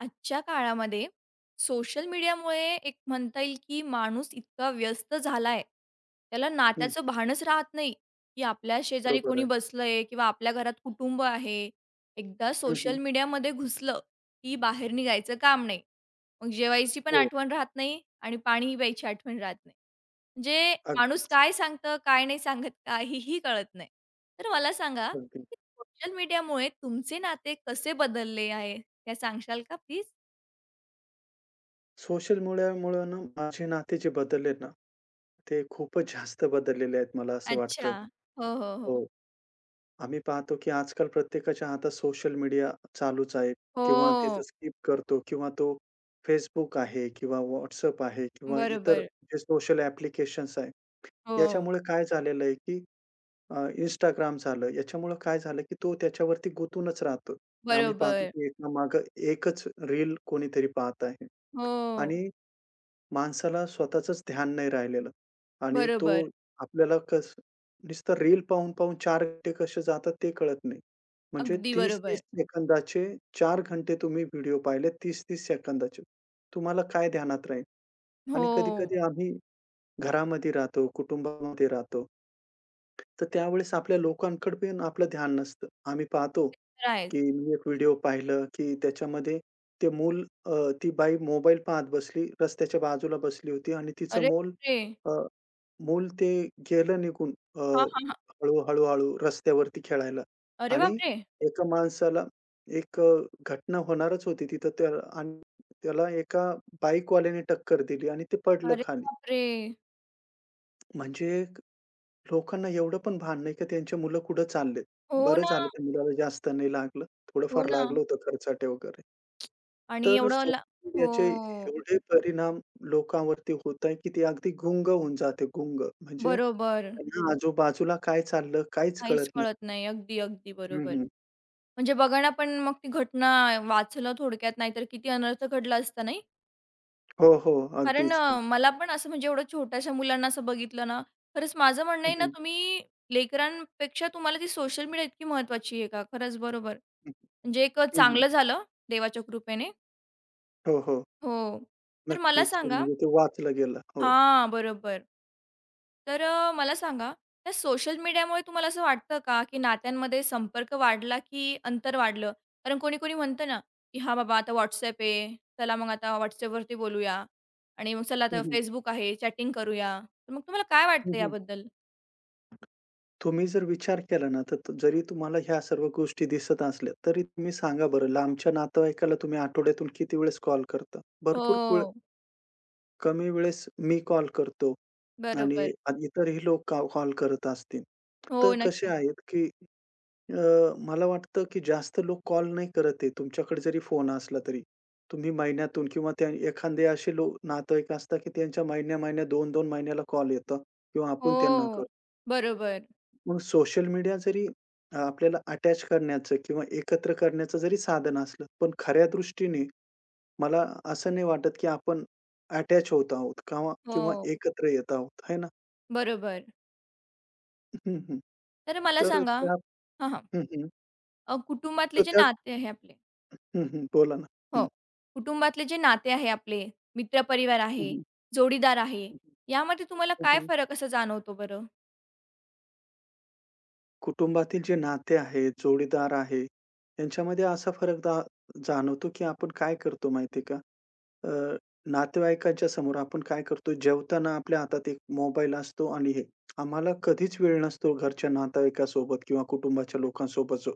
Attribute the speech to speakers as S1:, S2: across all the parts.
S1: आजच्या काळामध्ये सोशल मीडियामुळे एक म्हणता येईल की माणूस इतका व्यस्त झालाय, त्याला
S2: हं,
S1: नात्याचं भानच राहत नाही, की आपल्या शेजारी
S2: बरोबर
S1: कोणी
S2: आहे.
S1: बसलंय किंवा आपल्या घरात कुटुंब आहे. एकदा
S2: हं, हं.
S1: सोशल मीडियामध्ये घुसलं, की बाहेर निघायचं काम नाही. मग जेवायची पण
S2: हो.
S1: आठवण राहत नाही आणि पाणी प्यायची आठवण राहत नाही. म्हणजे माणूस
S2: अगदी,
S1: काय सांगतं, काय नाही सांगत, काहीही कळत नाही. तर मला सांगा,
S2: अगदी.
S1: सोशल मीडियामुळे तुमचे नाते कसे बदलले आहे? हे सांगशाल का प्लीज?
S2: सोशल मीडियामुळे ना माझे नाते जे बदलले ना, ते खूपच जास्त बदललेले आहेत मला असं
S1: अच्छा.
S2: वाटतं.
S1: हो, हो,
S2: हो.
S1: हो.
S2: आम्ही पाहतो की आजकाल प्रत्येकाच्या हातात सोशल मीडिया चालूच आहे किंवा त्याचं
S1: हो,
S2: स्किप करतो किंवा तो Facebook आहे किंवा WhatsApp आहे किंवा इतर
S1: बरोबर.
S2: जे सोशल ॲप्लिकेशन्स आहे.
S1: हो,
S2: याच्यामुळे काय झालेलं आहे की Instagram झालं, याच्यामुळं काय झालं, की तो त्याच्यावरती गुंतूनच राहतो. आम्ही पाहतो,
S1: बरोबर.
S2: की एकामागे एकच रील कोणीतरी पाहत आहे
S1: हो,
S2: आणि माणसाला स्वतःचंच ध्यान नाही राहिलेलं आणि तो
S1: बरोबर.
S2: आपल्याला कसं नुसतं रील पाहून-पाहून 4 घंटे कसे जातात ते कळत नाही. म्हणजे
S1: अगदी
S2: 30-30
S1: बरोबर.
S2: सेकंदाचे 4 घंटे तुम्ही व्हिडिओ पाहिले 30-30 सेकंदाचे. तुम्हाला काय ध्यानात राहील? आणि
S1: हो,
S2: कधी-कधी आम्ही घरामध्ये राहतो, कुटुंबामध्ये राहतो. तर त्यावेळेस आपल्या लोकांकडे पण आपलं ध्यान नसतं. आम्ही पाहतो,
S1: राईस.
S2: की मी एक व्हिडिओ पाहिलं, की त्याच्यामध्ये ते मूल ती बाई मोबाईल पाहत बसली. रस्त्याच्या बाजूला बसली होती आणि तिचं
S1: अरे
S2: मूल
S1: बापरे!
S2: अ, मूल ते गेलं निघून
S1: हां, हां, हां.
S2: हळू, हळू-हळू रस्त्यावरती खेळायला
S1: अरे
S2: आणि
S1: बापरे!
S2: एका माणसाला एक घटना होणारच होती तिथं त्या आणि त्याला एका बाईकवाल्याने टक्कर दिली आणि ते पडलं
S1: अरे
S2: खाली.
S1: बापरे!
S2: म्हणजे लोकांना एवढं पण भान नाही का त्यांची मुलं कुठं चाललेत.
S1: हो
S2: बरं
S1: ना,
S2: झालं त्या मुलाला जास्त नाही लागलं.
S1: हो
S2: थोडंफार
S1: ना.
S2: लागलं होतं खर्चाटे वगैरे.
S1: आणि
S2: तर
S1: एवढं ला
S2: सोशल
S1: हो,
S2: मीडियाचे एवढे परिणाम लोकांवरती होत आहे, की ते अगदी गुंग होऊन जाते, गुंग. म्हणजे
S1: बरोबर.
S2: त्यांना आजूबाजूला काय चाललं काहीच
S1: काहीच
S2: कळत नाही.
S1: कळत नाही. अगदी, अगदी
S2: हं,
S1: बरोबर.
S2: हं.
S1: म्हणजे बघा ना, पण मग ती घटना वाचलं थोडक्यात, नाहीतर किती अनर्थ घडला असता, नाही?
S2: हो, हो.
S1: कारण
S2: अगदीच.
S1: मला पण असं म्हणजे एवढं छोट्याशा मुलांना असं बघितलं ना, खरंच माझं म्हणणं
S2: हं,
S1: आहे ना,
S2: हं.
S1: तुम्ही लेकरांपेक्षा तुम्हाला ती सोशल मीडिया इतकी महत्त्वाची आहे का? खरंच बरोबर. म्हणजे एक
S2: हं, हं.
S1: चांगलं झालं देवाच्या कृपेने.
S2: हो, हो.
S1: हो. तर मला
S2: नक्कीच.
S1: सांगा
S2: म्हणजे ते वाचलं गेलं. हो.
S1: हां, बरोबर. तर मला सांगा, त्या सोशल मीडियामुळे तुम्हाला असं वाटतं का, की नात्यांमध्ये संपर्क वाढला, की अंतर वाढलं? कारण कोणी-कोणी म्हणतं ना, की "हां बाबा, आता WhatsApp आहे. चला मग आता WhatsAppवरती बोलूया आणि मग चला
S2: हं,
S1: आता
S2: हं.
S1: Facebook आहे, चॅटिंग करूया." तर मग तुम्हाला काय
S2: हं,
S1: वाटतं
S2: हं.
S1: याबद्दल?
S2: तुम्ही जर विचार केला ना, जरी तुम्हाला ह्या सर्व गोष्टी दिसत असल्या, तरी तुम्ही सांगा बरं लांबच्या नातेवाईकाला तुम्ही आठवड्यातून किती वेळेस कॉल करता? भरपूर वेळ
S1: हो,
S2: कमी वेळेस मी कॉल करतो आणि
S1: बरोबर.
S2: इतरही लोक कॉल करत असतील. तर
S1: हो,
S2: कसे
S1: नक्कीच.
S2: आहेत, की अ, मला वाटतं, की जास्त लोक कॉल नाही करत आहे तुमच्याकडे जरी फोन असला तरी. तुम्ही महिन्यातून किंवा त्या एखादे असे लोक नातेवाईक असतात, की त्यांच्या महिन्या-महिन्या, 2-2 महिन्याला कॉल येतं किंवा आपण त्यांना
S1: हो,
S2: करतो.
S1: बरोबर.
S2: मग सोशल मीडिया जरी आपल्याला अटॅच करण्याचं किंवा एकत्र करण्याचं जरी साधन असलं, पण खऱ्या दृष्टीने मला असं नाही वाटत, की आपण अटॅच होत आहोत किंवा किंवा
S1: हो,
S2: एकत्र येत आहोत, है ना?
S1: बरोबर.
S2: हं, हं.
S1: तर मला
S2: तर
S1: सांगा
S2: त्या
S1: हां, हां.
S2: हं, हं. तर
S1: कुटुंबातले जे
S2: त्यात
S1: नाते आहे आपले
S2: हं, हं. बोला ना.
S1: हो.
S2: हं.
S1: कुटुंबातले जे नाते आहे आपले, मित्रपरिवार
S2: हं,
S1: आहे,
S2: हं.
S1: जोडीदार आहे, यामध्ये तुम्हाला
S2: हं,
S1: काय
S2: हं.
S1: फरक असा जाणवतो बरं?
S2: कुटुंबातील जे नाते आहेत, जोडीदार आहे, यांच्यामध्ये असा फरक जाणवतो, की आपण काय करतो माहिती का? अ, नातेवाईकांच्या समोर आपण काय करतो, जेवताना आपल्या हातात एक मोबाईल असतो आणि हे आम्हाला कधीच वेळ नसतो घरच्या नातेवाईकासोबत किंवा कुटुंबाच्या लोकांसोबत जो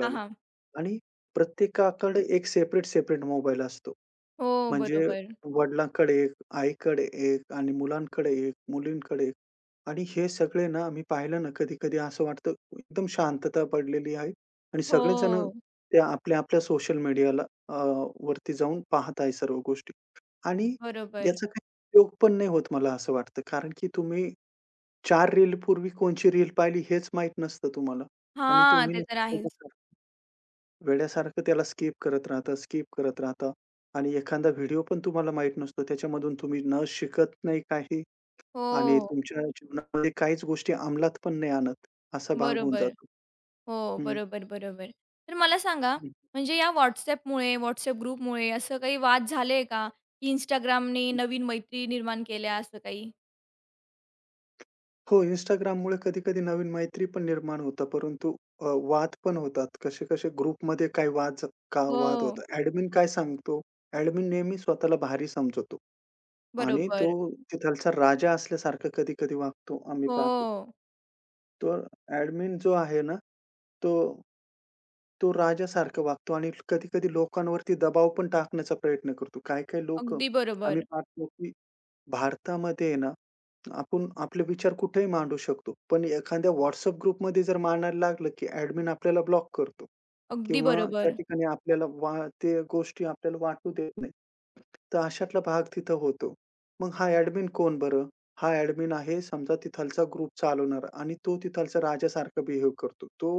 S1: हां, हां.
S2: आणि प्रत्येकाकडे एक सेपरेट मोबाईल असतो.
S1: हो,
S2: म्हणजे
S1: बरोबर.
S2: वडिलांकडे एक, आईकडे एक आणि मुलांकडे एक, मुलींकडे एक आणि हे सगळे ना मी पाहिलं ना कधी-कधी असं वाटतं एकदम शांतता पडलेली आहे आणि सगळेजण
S1: हो,
S2: ते आपल्या-आपल्या सोशल मीडियाला अ, वरती जाऊन पाहत आहे सर्व गोष्टी आणि
S1: बरोबर.
S2: याचा काही उपयोग पण नाही होत मला असं वाटतं. कारण की तुम्ही 4 रीलपूर्वी कोणची रील पाहिली हेच माहीत नसतं तुम्हाला आणि
S1: हां, ते
S2: तुम्ही
S1: तर आहेच.
S2: वेड्यासारखं त्याला स्किप करत राहता, स्किप करत राहता आणि एखादा व्हिडिओ पण तुम्हाला माहीत नसतो. त्याच्यामधून तुम्ही न शिकत नाही काही आणि
S1: हो,
S2: तुमच्या जीवनामध्ये काहीच गोष्टी अंमलात पण नाही आणत, असा भाग होऊन
S1: बरोबर.
S2: जातो.
S1: हो,
S2: हं,
S1: बरोबर, बरोबर. तर मला सांगा,
S2: हं,
S1: म्हणजे या WhatsAppमुळे, WhatsApp ग्रुपमुळे असं काही वाद झाले का? की Instagramने
S2: हं.
S1: नवीन मैत्री निर्माण केल्या असं काही?
S2: हो, Instagramमुळे कधी-कधी नवीन मैत्री पण निर्माण होतात, परंतु वाद पण होतात. कसे-कसे ग्रुपमध्ये काही वाद
S1: हो,
S2: होतात. ॲडमिन काय सांगतो, ॲडमिन नेहमी स्वतःला भारी समजवतो आणि तो
S1: बरोबर.
S2: तिथलचा राजा असल्यासारखं कधी-कधी वागतो, आम्ही पाहतो.
S1: हो,
S2: तो ॲडमिन जो आहे ना, तो तो राजासारखा वागतो आणि कधी-कधी लोकांवरती दबाव पण टाकण्याचा प्रयत्न करतो. काही-काही लोक,
S1: अगदी
S2: आम्ही
S1: बरोबर.
S2: पाहतो की भारतामध्ये आहे ना, आपण आपले विचार कुठेही मांडू शकतो. पण एखाद्या WhatsApp ग्रुपमध्ये जर मांडायला लागलं, की ॲडमिन आपल्याला ब्लॉक करतो
S1: अगदी
S2: किंवा त्या
S1: बरोबर.
S2: ठिकाणी आपल्याला ते गोष्टी आपल्याला वाटू देत नाही. तर अशातला भाग तिथं होतो. मग हा ॲडमिन कोण बरं? हा ॲडमिन आहे समजा तिथालचा ग्रुप चालवणारा आणि तो तिथालचा राजासारखा बिहेव करतो. तो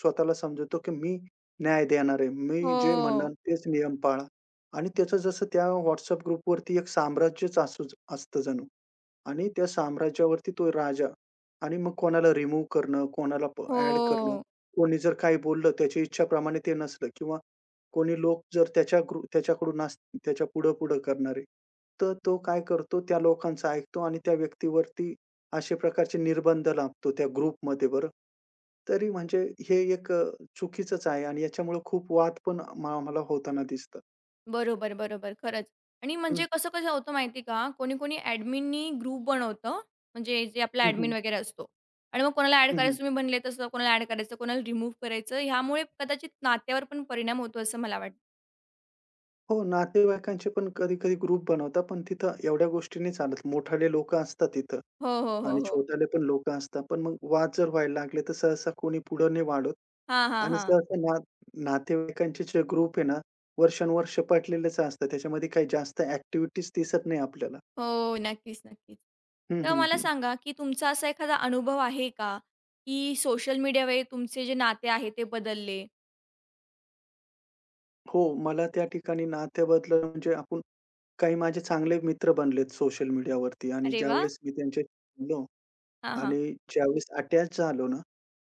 S2: स्वतःला समजतो, की मी न्याय देणार आहे. मी जे म्हणेन
S1: हो.
S2: तेच नियम पाळा. आणि त्याचं जसं त्या WhatsApp ग्रुपवरती एक साम्राज्यच असतं जणू आणि त्या साम्राज्यावरती तो राजा आणि मग कोणाला रिमूव्ह करणं, कोणाला करणं.
S1: हो.
S2: कोणी जर काही बोललं त्याच्या इच्छाप्रमाणे ते नसलं किंवा कोणी लोक जर त्याच्या ग्रु त्याच्याकडून अस त्याच्या पुढं-पुढं करणारे, तर तो काय करतो त्या लोकांचं ऐकतो आणि त्या व्यक्तीवरती अशा प्रकारचे निर्बंध लादतो त्या ग्रुपमध्ये बरं. तरी म्हणजे हे एक चुकीचंच आहे आणि याच्यामुळे खूप वाद पण मला होताना दिसतात.
S1: बरोबर, बरोबर. खरंच. आणि म्हणजे कसं-कसं होतं माहिती आहे का? कोणी-कोणी ॲडमिननी ग्रुप बनवतं, म्हणजे जे आपला
S2: हं, हं.
S1: ॲडमिन वगैरे असतो. आणि मग कोणाला ॲड
S2: हं, हं.
S1: करायचं तुम्ही म्हणले तसं, कोणाला ॲड करायचं, कोणाला रिमूव्ह करायचं. ह्यामुळे कदाचित नात्यावर पण परिणाम होतो असं मला वाटतं.
S2: हो, नातेवाईकांचे पण कधी-कधी ग्रुप बनवतात, पण तिथं एवढ्या गोष्टी नाही चालत. मोठाले लोकं असतात तिथं
S1: हो, हो, हो,
S2: आणि
S1: हो.
S2: छोटाले पण लोकं असतात. पण मग वाद जर व्हायला लागले, तर सहसा कोणी पुढं नाही वाढत
S1: हां, हां,
S2: आणि
S1: हां.
S2: सहसा ना नातेवाईकांचे जे ग्रुप आहे ना, वर्षानुवर्ष पटलेलेच असतात. त्याच्यामध्ये काही जास्त ॲक्टिव्हिटीज दिसत नाही आपल्याला.
S1: हो. नक्कीच, नक्कीच.
S2: हं,
S1: तर
S2: हं,
S1: मला
S2: हं.
S1: सांगा, की तुमचा असा एखादा अनुभव आहे का, की सोशल मीडियामुळे तुमचे जे नाते आहे ते बदलले?
S2: हो, मला त्या ठिकाणी नात्याबद्दल म्हणजे आपण काही माझे चांगले मित्र बनलेत सोशल मीडियावरती आणि
S1: अरे वाह!
S2: ज्यावेळेस मी त्यांच्याशी बोललो
S1: हां, हां.
S2: आणि ज्यावेळेस अटॅच झालो ना,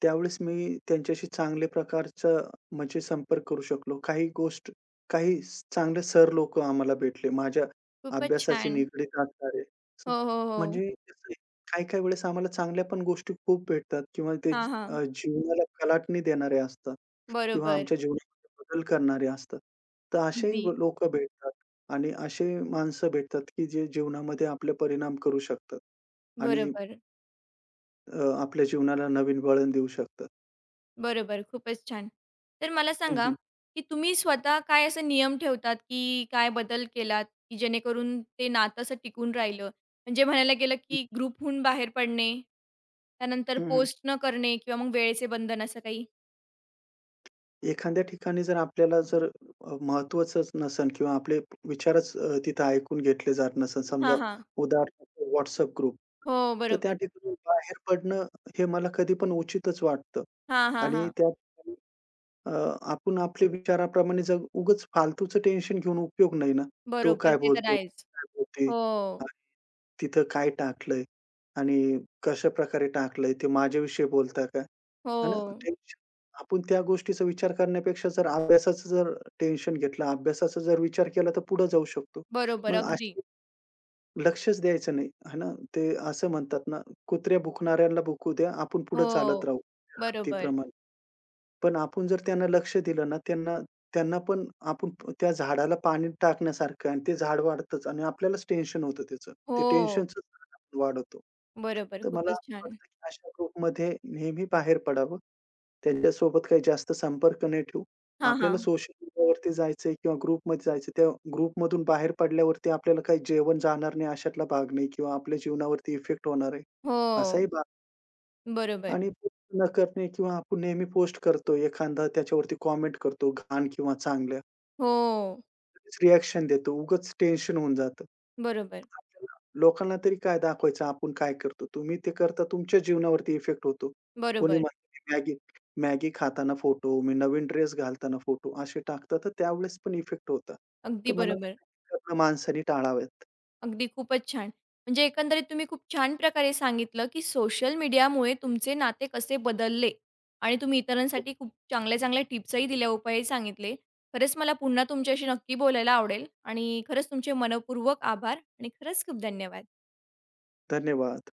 S2: त्यावेळेस मी त्यांच्याशी चांगल्या प्रकारचं म्हणजे संपर्क करू शकलो. काही गोष्ट काही स- चांगले सर लोक आम्हाला भेटले. माझ्या
S1: खूपच
S2: अभ्यासाशी
S1: छान.
S2: निगडीत असणारे. असं
S1: हो, हो, हो.
S2: म्हणजे कसं आहे, काही-काही वेळेस आम्हाला चांगल्या पण गोष्टी खूप भेटतात किंवा
S1: हां, हां.
S2: जीवनाला कलाटणी देणारे असतात किंवा
S1: बरोबर.
S2: आमच्या जीवनामध्ये बदल करणारे असतात. तर असेही
S1: अगदी.
S2: लोकं भेटतात आणि असे माणसं भेटतात, की जे जीवनामध्ये आपले परिणाम करू शकतात आणि
S1: बरोबर,
S2: आपल्या जीवनाला नवीन वळण देऊ शकतात.
S1: बरोबर. खूपच छान. तर मला
S2: हं,
S1: सांगा,
S2: हं.
S1: की तुम्ही स्वतः काय असे नियम ठेवतात, की काय बदल केलात, की जेणेकरून ते नातं असं टिकून राहिलं? म्हणजे म्हणायला गेलं,
S2: हं.
S1: की ग्रुपहून बाहेर पडणे, त्यानंतर
S2: हं, हं.
S1: पोस्ट न करणे किंवा मग वेळेचे बंधन असं काही?
S2: एखाद्या ठिकाणी जर आपल्याला जर अ, नसेल किंवा आपले विचारच तिथं ऐकून घेतले जात नसेल, समजा
S1: हां, हां.
S2: उदाहरणार्थ WhatsApp ग्रुप,
S1: हो,
S2: तर त्या
S1: बरोबर.
S2: ठिकाणी बाहेर पडणं हे मला कधी पण उचितच वाटतं.
S1: हां, हां,
S2: आणि
S1: हां.
S2: त्या ठिकाणी अ, आपण आपल्या विचाराप्रमाणे जग उगाच फालतूचं टेन्शन घेऊन उपयोग नाही ना. तो
S1: बरोबर.
S2: काय
S1: ते तर
S2: बोलतो?
S1: आहेच.
S2: ती काय बोलते?
S1: हो,
S2: तिथं काय टाकलंय आणि कशाप्रकारे टाकलंय, ते माझ्याविषयी बोलता का?
S1: हो.
S2: आणि टेन्शन आपण त्या गोष्टीचा विचार करण्यापेक्षा जर अभ्यासाचं जर टेन्शन घेतलं, अभ्यासाचा जर विचार केला, तर पुढे जाऊ शकतो.
S1: बरोबर,
S2: मग
S1: अगदी.
S2: अशी लक्षच द्यायचं नाही, आहे ना. ते असं म्हणतात ना, कुत्र्या भुंकणाऱ्याला भुंकू द्या, आपण पुढे चालत
S1: हो,
S2: राहू
S1: बरोबर.
S2: हत्तीप्रमाणे. पण आपण जर त्यांना लक्ष दिलं ना, त्यांना त्यांना पण त्या झाडाला पाणी टाकण्यासारखं आणि ते झाड वाढतंच आणि आपल्यालाच टेन्शन होतं त्याचं. ते
S1: हो,
S2: टेन्शनचं झाड आपण वाढवतो.
S1: बरोबर.
S2: तर मला
S1: खूपच
S2: असं
S1: छान.
S2: वाटतं, की अशा ग्रुपमध्ये नेहमी बाहेर पडावं. त्यांच्यासोबत काही जास्त संपर्क नाही ठेवू.
S1: हां,
S2: आपल्याला
S1: हां.
S2: सोशल मीडियावरती जायचंय किंवा ग्रुपमध्ये जायचं. त्या ग्रुपमधून बाहेर पडल्यावरती आपल्याला काही जेवण जाणार नाही, अशातला भाग नाही किंवा आपल्या जीवनावरती इफेक्ट होणार आहे,
S1: हो.
S2: असाही भाग
S1: बरोबर.
S2: आणि पोस्ट न करणे किंवा आपण नेहमी पोस्ट करतो. एखादा त्याच्यावरती कमेंट करतो घाण किंवा चांगल्या.
S1: हो.
S2: लगेच देतो. उगाच टेन्शन होऊन जातं.
S1: बरोबर,
S2: आपल्याला लोकांना तरी काय दाखवायचं आपण काय करतो. तुम्ही ते करता तुमच्या जीवनावरती इफेक्ट होतो. कोणी
S1: बरोबर.
S2: म्हणतं मॅगी मॅगी खाताना फोटो, मी नवीन ड्रेस घालताना फोटो असे टाकतात. तर त्यावेळेस पण इफेक्ट होता. तर
S1: अगदी
S2: मला
S1: बरोबर.
S2: वाटतं हे करणं माणसाने टाळावेत.
S1: अगदी खूपच छान. म्हणजे एकंदरीत तुम्ही खूप छान प्रकारे सांगितलं, की सोशल मीडियामुळे तुमचे नाते कसे बदलले आणि तुम्ही
S2: हो.
S1: इतरांसाठी खूप चांगल्या-चांगल्या टिप्सही दिल्या, उपायही सांगितले. खरंच मला पुन्हा तुमच्याशी नक्की बोलायला आवडेल आणि खरंच तुमचे मनःपूर्वक आभार आणि खरंच खूप धन्यवाद.
S2: धन्यवाद.